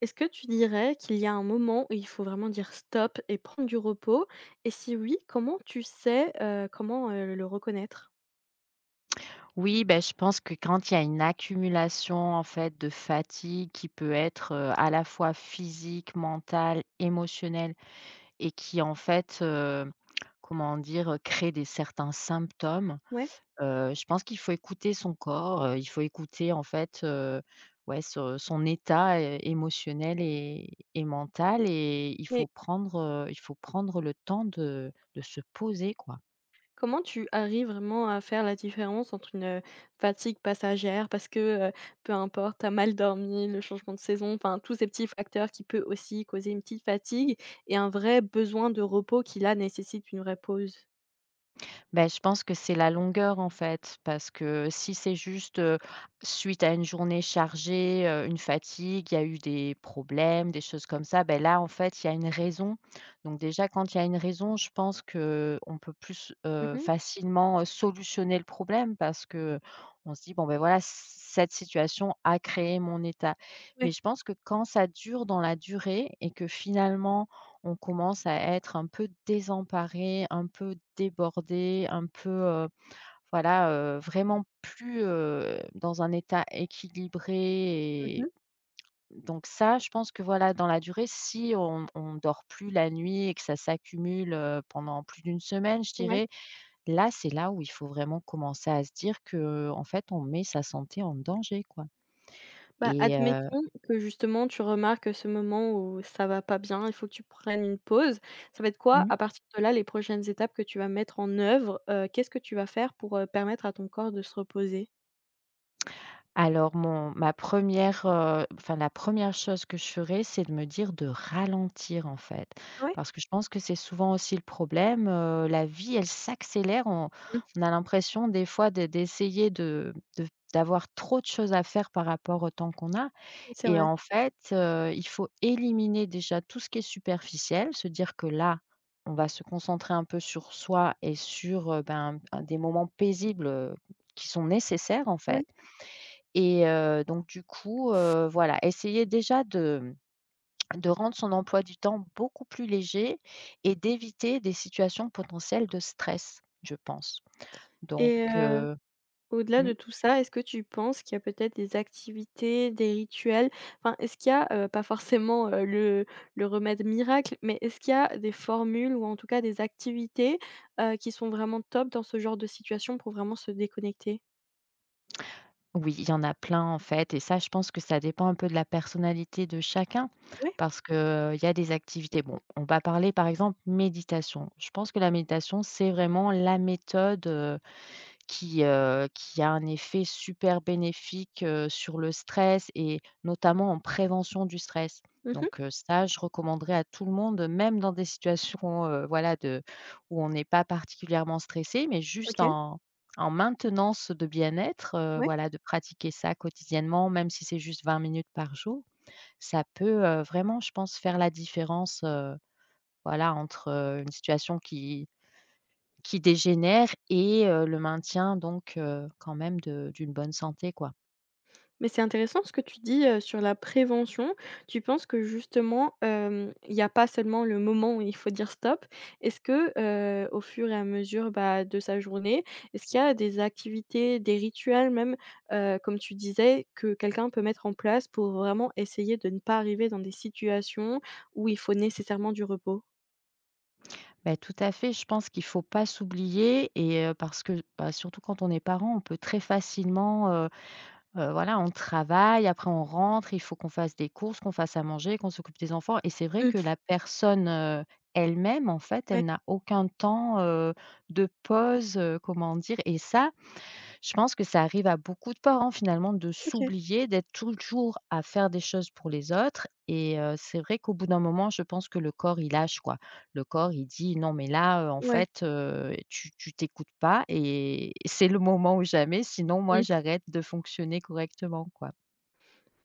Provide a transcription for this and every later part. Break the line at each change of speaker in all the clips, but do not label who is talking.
Est-ce que tu dirais qu'il y a un moment où il faut vraiment dire stop et prendre du repos? Et si oui, comment tu sais, comment, le reconnaître?
Oui, ben, je pense que quand il y a une accumulation en fait de fatigue qui peut être, à la fois physique, mentale, émotionnelle et qui en fait, comment dire? Crée des certains symptômes,
Ouais,
je pense qu'il faut écouter son corps, il faut écouter en fait, ouais, ce son état, émotionnel et mental et
mais
il faut prendre le temps de se poser, quoi.
comment tu arrives vraiment à faire la différence entre une, fatigue passagère parce que, peu importe, t'as mal dormi, le changement de saison, enfin tous ces petits facteurs qui peuvent aussi causer une petite fatigue et un vrai besoin de repos qui là nécessite une vraie pause?
Ben je pense que c'est la longueur en fait, parce que si c'est juste, suite à une journée chargée, une fatigue, il y a eu des problèmes, des choses comme ça, ben là en fait, il y a une raison. Donc déjà quand il y a une raison, je pense que on peut plus,
Mhm.
facilement, solutionner le problème parce que on se dit: «Bon, ben voilà, c cette situation a créé mon état». Mais
Ouais.
je pense que quand ça dure dans la durée et que finalement on commence à être un peu désemparés, un peu débordé, un peu, voilà, vraiment plus, dans un état équilibré
Mhm.
et donc ça, je pense que, voilà, dans la durée, si on dort plus la nuit et que ça s'accumule, pendant plus d'une semaine, je
Ouais.
dirais, là, c'est là où il faut vraiment commencer à se dire que en fait, on met sa santé en danger, quoi
Bah,
et
admettons que justement tu remarques ce moment où ça va pas bien, il faut que tu prennes une pause. Ça va être quoi,
Mmh
à partir de là, les prochaines étapes que tu vas mettre en œuvre? Qu'est-ce que tu vas faire pour, permettre à ton corps de se reposer?
Alors mon ma première, re enfin la première chose que je ferais, c'est de me dire de ralentir en fait.
Ouais.
Parce que je pense que c'est souvent aussi le problème, la vie elle s'accélère, on
Mmh,
on a l'impression des fois de d'essayer de d'avoir trop de choses à faire par rapport au temps qu'on a
oui, c'est
et
vrai.
en fait, il faut éliminer déjà tout ce qui est superficiel, se dire que là, on va se concentrer un peu sur soi et sur, ben, des moments paisibles, qui sont nécessaires en
Oui.
fait. Et donc du coup, voilà, essayer déjà de rendre son emploi du temps beaucoup plus léger et d'éviter des situations potentielles de stress, je pense. Donc
Et au-delà
mmh,
de tout ça, est-ce que tu penses qu'il y a peut-être des activités, des rituels? Enfin, est-ce qu'il y a, pas forcément, le remède miracle, mais est-ce qu'il y a des formules ou en tout cas des activités, qui sont vraiment top dans ce genre de situation pour vraiment se déconnecter?
oui, il y en a plein en fait et ça, je pense que ça dépend un peu de la personnalité de chacun
Oui.
parce que il y a des activités bon, on va parler par exemple méditation. Je pense que la méditation, c'est vraiment la méthode, qui a un effet super bénéfique, sur le stress et notamment en prévention du stress.
Mmh.
Donc, ça, je recommanderais à tout le monde, même dans des situations, voilà, de où on n'est pas particulièrement stressé, mais juste
OK.
en maintenance de bien-être,
Ouais.
voilà, de pratiquer ça quotidiennement, même si c'est juste 20 minutes par jour. Ça peut, vraiment, je pense, faire la différence, voilà, entre, une situation qui dégénère et le maintien donc quand même de d'une bonne santé, quoi.
Mais c'est intéressant ce que tu dis, sur la prévention. Tu penses que justement, il n'y a pas seulement le moment où il faut dire stop. Est-ce que, au fur et à mesure, bah, de sa journée, est-ce qu'il y a des activités, des rituels même, comme tu disais, que quelqu'un peut mettre en place pour vraiment essayer de ne pas arriver dans des situations où il faut nécessairement du repos?
Bah, tout à fait, je pense qu'il faut pas s'oublier et parce que, bah, surtout quand on est parent, on peut très facilement, voilà, on travaille, après on rentre, il faut qu'on fasse des courses, qu'on fasse à manger, qu'on s'occupe des enfants et c'est vrai que
Mmh,
la personne, elle-même, en fait, elle
ouais.
n'a aucun temps, de pause, comment dire et ça. Je pense que ça arrive à beaucoup de parents finalement de
OK,
s'oublier, d'être toujours à faire des choses pour les autres et c'est vrai qu'au bout d'un moment, je pense que le corps il lâche quoi. Le corps il dit: «Non mais là, en
ouais.
fait, tu t'écoutes pas et c'est le moment ou jamais, sinon moi
Mmh.
j'arrête de fonctionner correctement quoi».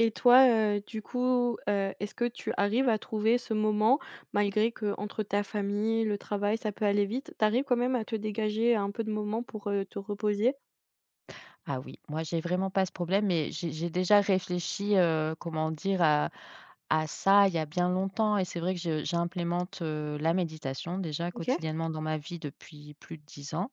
Et toi, du coup, est-ce que tu arrives à trouver ce moment malgré que entre ta famille, le travail, ça peut aller vite, tu arrives quand même à te dégager un peu de moment pour, te reposer?
Ah oui, moi j'ai vraiment pas ce problème mais j'ai déjà réfléchi, comment dire? À ça il y a bien longtemps et c'est vrai que je j'implémente, la méditation déjà
OK.
quotidiennement dans ma vie depuis plus de 10 ans.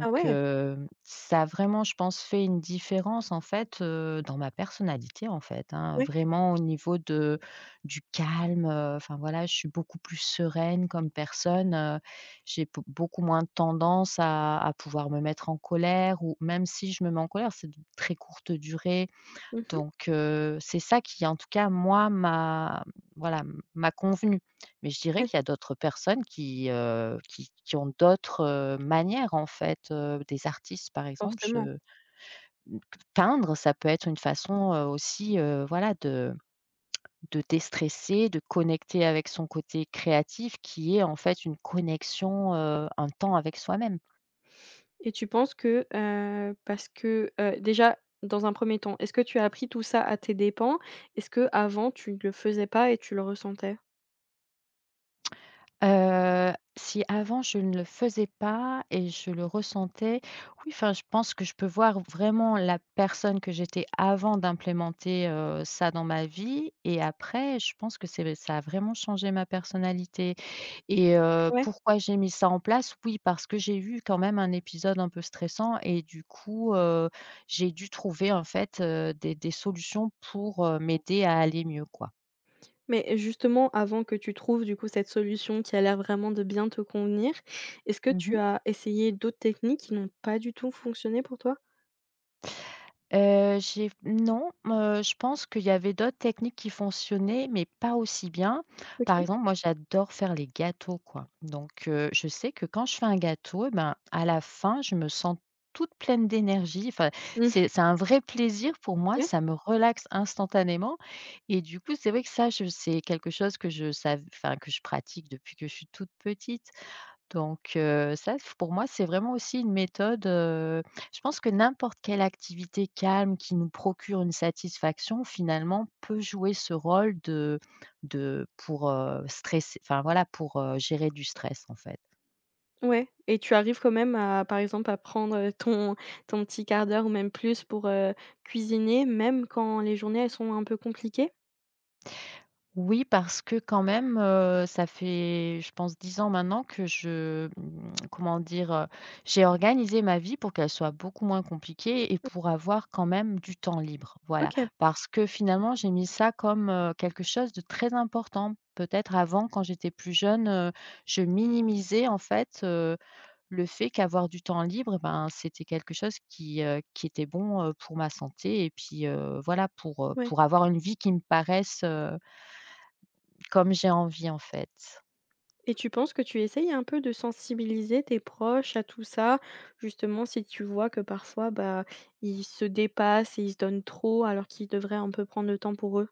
Ah ouais.
ça a vraiment, je pense, fait une différence, en fait, dans ma personnalité, en fait, hein.
Oui.
Vraiment au niveau de du calme, enfin, voilà, je suis beaucoup plus sereine comme personne, j'ai pou beaucoup moins tendance à pouvoir me mettre en colère ou même si je me mets en colère, c'est de très courte durée
Mmh.
donc c'est ça qui, en tout cas, moi, m'a voilà, m'a convenu. Mais je dirais
Ouais.
qu'il y a d'autres personnes qui, qui ont d'autres, manières, en fait, des artistes, par exemple,
Forcément.
je mmh, peindre, ça peut être une façon, aussi, voilà, de déstresser, de connecter avec son côté créatif qui est, en fait, une connexion, un temps avec soi-même.
Et tu penses que, parce que, déjà dans un premier temps, est-ce que tu as appris tout ça à tes dépens? Est-ce que avant tu ne le faisais pas et tu le ressentais?
Heu, Si avant je ne le faisais pas et je le ressentais, oui, enfin, je pense que je peux voir vraiment la personne que j'étais avant d'implémenter, ça dans ma vie et après je pense que c'est ça a vraiment changé ma personnalité et
Ouais.
pourquoi j'ai mis ça en place? Oui, parce que j'ai eu quand même un épisode un peu stressant et du coup, j'ai dû trouver en fait, des solutions pour, m'aider à aller mieux, quoi.
Mais justement, avant que tu trouves du coup cette solution qui a l'air vraiment de bien te convenir, est-ce que
Mmh.
tu as essayé d'autres techniques qui n'ont pas du tout fonctionné pour toi?
J'ai non, je pense qu'il y avait d'autres techniques qui fonctionnaient, mais pas aussi bien.
OK.
Par exemple, moi, j'adore faire les gâteaux, quoi. Donc je sais que quand je fais un gâteau, eh ben, à la fin, je me sens toute pleine d'énergie. Enfin,
Mmh.
c'est un vrai plaisir pour moi,
Ouais,
ça me relaxe instantanément et du coup, c'est vrai que ça, je c'est quelque chose que je sav enfin, que je pratique depuis que je suis toute petite. Donc ça f pour moi, c'est vraiment aussi une méthode, je pense que n'importe quelle activité calme qui nous procure une satisfaction finalement peut jouer ce rôle de pour, stresser enfin voilà, pour, gérer du stress en fait.
ouais, et tu arrives quand même à, par exemple, à prendre, ton petit quart d'heure ou même plus pour, cuisiner, même quand les journées, elles sont un peu compliquées?
Oui, parce que quand même, ça fait, je pense 10 ans maintenant que je, comment dire? J'ai organisé ma vie pour qu'elle soit beaucoup moins compliquée et pour avoir quand même du temps libre, voilà.
OK,
Parce que finalement, j'ai mis ça comme, quelque chose de très important. Peut-être avant, quand j'étais plus jeune, je minimisais en fait, le fait qu'avoir du temps libre eh ben, c'était quelque chose qui était bon, pour ma santé et puis, voilà
ouais.
pour avoir une vie qui me paraisse, comme j'ai envie en fait.
Et tu penses que tu essayes un peu de sensibiliser tes proches à tout ça? Justement, si tu vois que parfois, bah, ils se dépassent et ils se donnent trop alors qu'ils devraient un peu prendre le temps pour eux?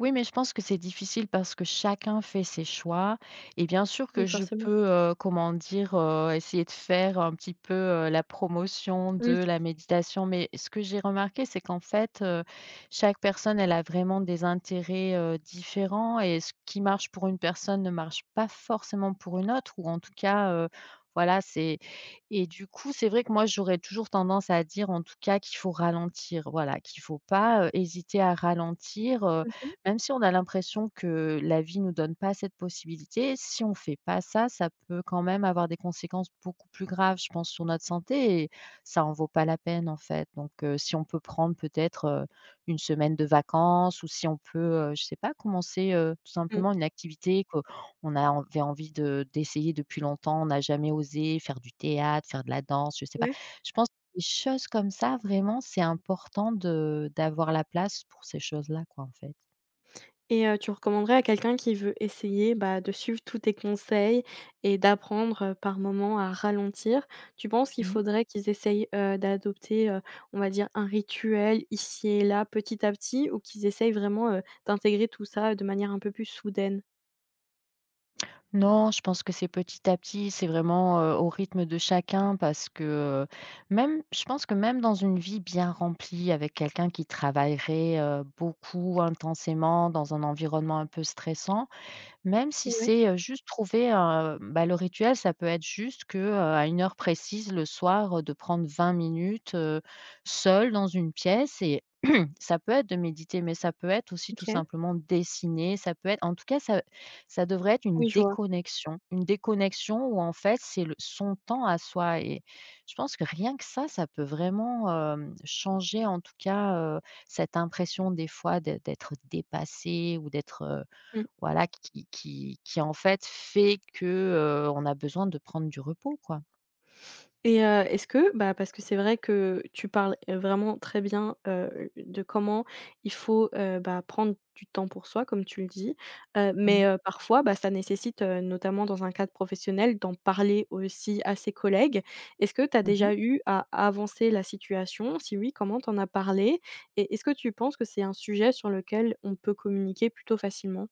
Oui, mais je pense que c'est difficile parce que chacun fait ses choix et bien sûr que
Oui,
je
forcément.
peux, comment dire, essayer de faire un petit peu, la promotion de
Mmh.
la méditation. Mais ce que j'ai remarqué, c'est qu'en fait, chaque personne, elle a vraiment des intérêts, différents et ce qui marche pour une personne ne marche pas forcément pour une autre ou en tout cas, voilà, c'est et du coup, c'est vrai que moi, j'aurais toujours tendance à dire, en tout cas, qu'il faut ralentir, voilà, qu'il faut pas, hésiter à ralentir,
Mmh.
même si on a l'impression que la vie nous donne pas cette possibilité, si on fait pas ça, ça peut quand même avoir des conséquences beaucoup plus graves, je pense, sur notre santé et ça en vaut pas la peine, en fait. Donc, si on peut prendre peut-être, une semaine de vacances ou si on peut, je sais pas, commencer, tout
Mmh.
simplement une activité qu'on a avait envie de d'essayer depuis longtemps, on n'a jamais osé, faire du théâtre, faire de la danse, je sais pas.
Ouais.
Je pense des choses comme ça, vraiment, c'est important de d'avoir la place pour ces choses-là, quoi, en fait.
Et tu recommanderais à quelqu'un qui veut essayer, bah, de suivre tous tes conseils et d'apprendre, par moments à ralentir, tu penses qu'il
Mmh.
faudrait qu'ils essayent, d'adopter, on va dire un rituel ici et là, petit à petit, ou qu'ils essayent vraiment, d'intégrer tout ça de manière un peu plus soudaine?
Non, je pense que c'est petit à petit, c'est vraiment, au rythme de chacun parce que, heu, même je pense que même dans une vie bien remplie avec quelqu'un qui travaillerait, beaucoup intensément dans un environnement un peu stressant, même si
Ouais,
c'est, juste trouver un bah, le rituel, ça peut être juste que, à une heure précise le soir, de prendre 20 minutes, seul dans une pièce et ça peut être de méditer, mais ça peut être aussi tout
OK.
simplement dessiner, ça peut être en tout cas, ça devrait être une
Oui, je vois.
déconnexion. Une déconnexion où en fait, c'est le son temps à soi et je pense que rien que ça peut vraiment, changer en tout cas, cette impression des fois d'être dépassé ou d'être,
Mmh.
voilà qui en fait fait que, on a besoin de prendre du repos, quoi.
Et est-ce que bah, parce que c'est vrai que tu parles, vraiment très bien, de comment il faut, bah, prendre du temps pour soi comme tu le dis,
Mmh.
mais parfois, bah, ça nécessite, notamment dans un cadre professionnel, d'en parler aussi à ses collègues. Est-ce que tu as
Mmh.
déjà eu à avancer la situation? Si oui, comment t'en as parlé? Et est-ce que tu penses que c'est un sujet sur lequel on peut communiquer plutôt facilement?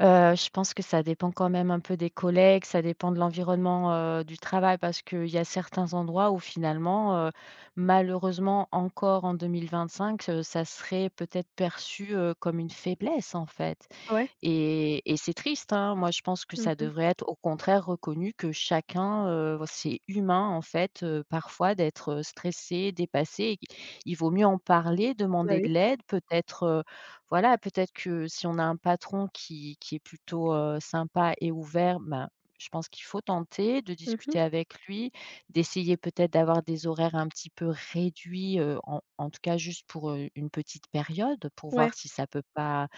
Je pense que ça dépend quand même un peu des collègues, ça dépend de l'environnement, du travail parce qu'il y a certains endroits où finalement, malheureusement encore en 2025, ça serait peut-être perçu, comme une faiblesse en fait.
Ah ouais?
Et c'est triste, hein. Moi, je pense que ça
Mmh.
devrait être au contraire reconnu que chacun, c'est humain en fait, parfois d'être, stressé, dépassé. Il vaut mieux en parler,
Bah,
demander de
oui.
l'aide, peut-être, voilà, peut-être que si on a un patron qui est plutôt, sympa et ouvert, ben, je pense qu'il faut tenter de discuter
Mmh.
avec lui, d'essayer peut-être d'avoir des horaires un petit peu réduits, en tout cas juste pour, une petite période, pour
Ouais.
voir si ça peut pas,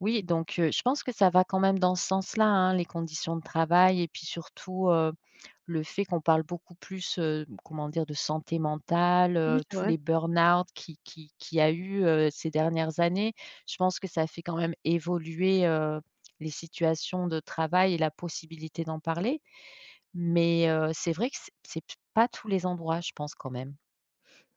oui, donc je pense que ça va quand même dans ce sens-là, hein, les conditions de travail et puis surtout, le fait qu'on parle beaucoup plus, comment dire? De santé mentale,
Oui, c'est
tous
vrai.
les burn-out qui qu'il a eu, ces dernières années. Je pense que ça fait quand même évoluer, les situations de travail et la possibilité d'en parler. Mais c'est vrai que c'est pas tous les endroits, je pense, quand même.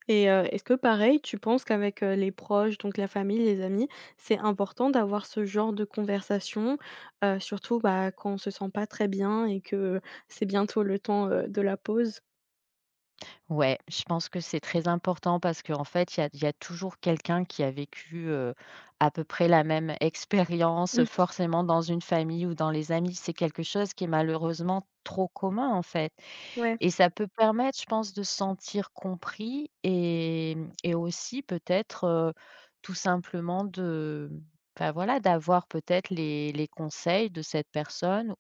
Et est-ce que pareil, tu penses qu'avec, les proches, donc la famille, les amis, c'est important d'avoir ce genre de conversation? Surtout, bah, quand on se sent pas très bien et que c'est bientôt le temps, de la pause?
Ouais, je pense que c'est très important parce qu'en fait, il y a toujours quelqu'un qui a vécu à peu près la même expérience,
Mmh,
forcément dans une famille ou dans les amis. C'est quelque chose qui est malheureusement trop commun en fait.
ouais.
Et ça peut permettre, je pense, de se sentir compris et aussi peut-être tout simplement de, enfin, voilà, d'avoir peut-être les conseils de cette personne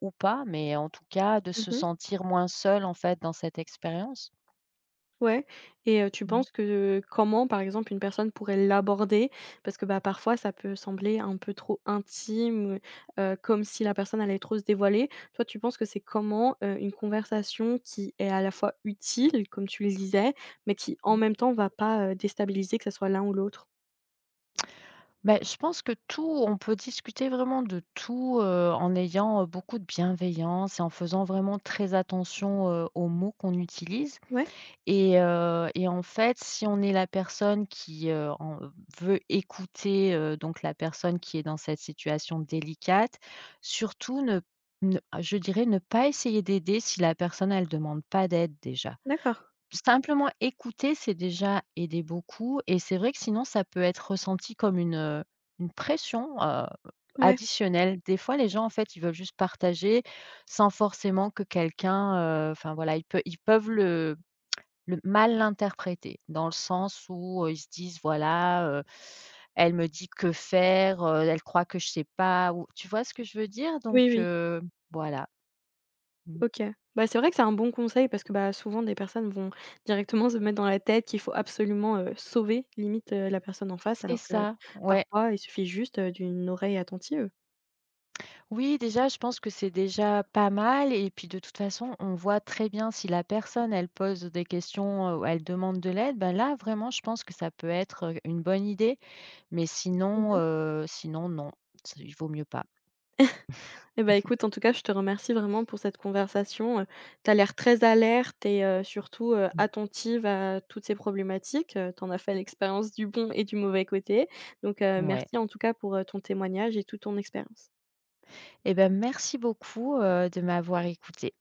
ou pas, mais en tout cas de se
Mmh.
sentir moins seul en fait dans cette expérience.
Ouais et tu
Mhm.
penses que, comment, par exemple, une personne pourrait l'aborder? Parce que, bah, parfois, ça peut sembler un peu trop intime, comme si la personne allait trop se dévoiler. Toi, tu penses que c'est comment, une conversation qui est à la fois utile, comme tu le disais, mais qui, en même temps, va pas, déstabiliser, que ça soit l'un ou l'autre?
Ben, je pense que tout on peut discuter vraiment de tout, en ayant, beaucoup de bienveillance et en faisant vraiment très attention, aux mots qu'on utilise
Ouais,
et en fait, si on est la personne qui, en veut écouter, donc la personne qui est dans cette situation délicate, surtout ne je dirais ne pas essayer d'aider si la personne elle demande pas d'aide déjà.
d'accord.
Simplement écouter, c'est déjà aider beaucoup et c'est vrai que sinon ça peut être ressenti comme une pression,
Ouais.
additionnelle. Des fois, les gens, en fait, ils veulent juste partager sans forcément que quelqu'un, enfin, voilà, ils peuvent le mal l'interpréter dans le sens où, ils se disent: «Voilà, elle me dit que faire, elle croit que je sais pas» ou tu vois ce que je veux dire?
Oui,
Donc
oui.
voilà. Mmh.
OK. Bah, c'est vrai que c'est un bon conseil parce que, bah, souvent des personnes vont directement se mettre dans la tête qu'il faut absolument, sauver limite, la personne en face
C'est
alors que
ça, ouais.
parfois il suffit juste, d'une oreille attentive.
Oui, déjà, je pense que c'est déjà pas mal et puis de toute façon, on voit très bien si la personne, elle pose des questions, ou elle demande de l'aide, ben là, vraiment, je pense que ça peut être, une bonne idée, mais sinon,
Mmh.
heu, sinon non, il vaut mieux pas.
Eh bah, écoute, en tout cas, je te remercie vraiment pour cette conversation, tu as l'air très alerte et surtout, attentive à toutes ces problématiques, tu en as fait l'expérience du bon et du mauvais côté donc
Mmh. Ouais.
merci en tout cas pour, ton témoignage et toute ton expérience.
Et ben, merci beaucoup, de m'avoir écoutée.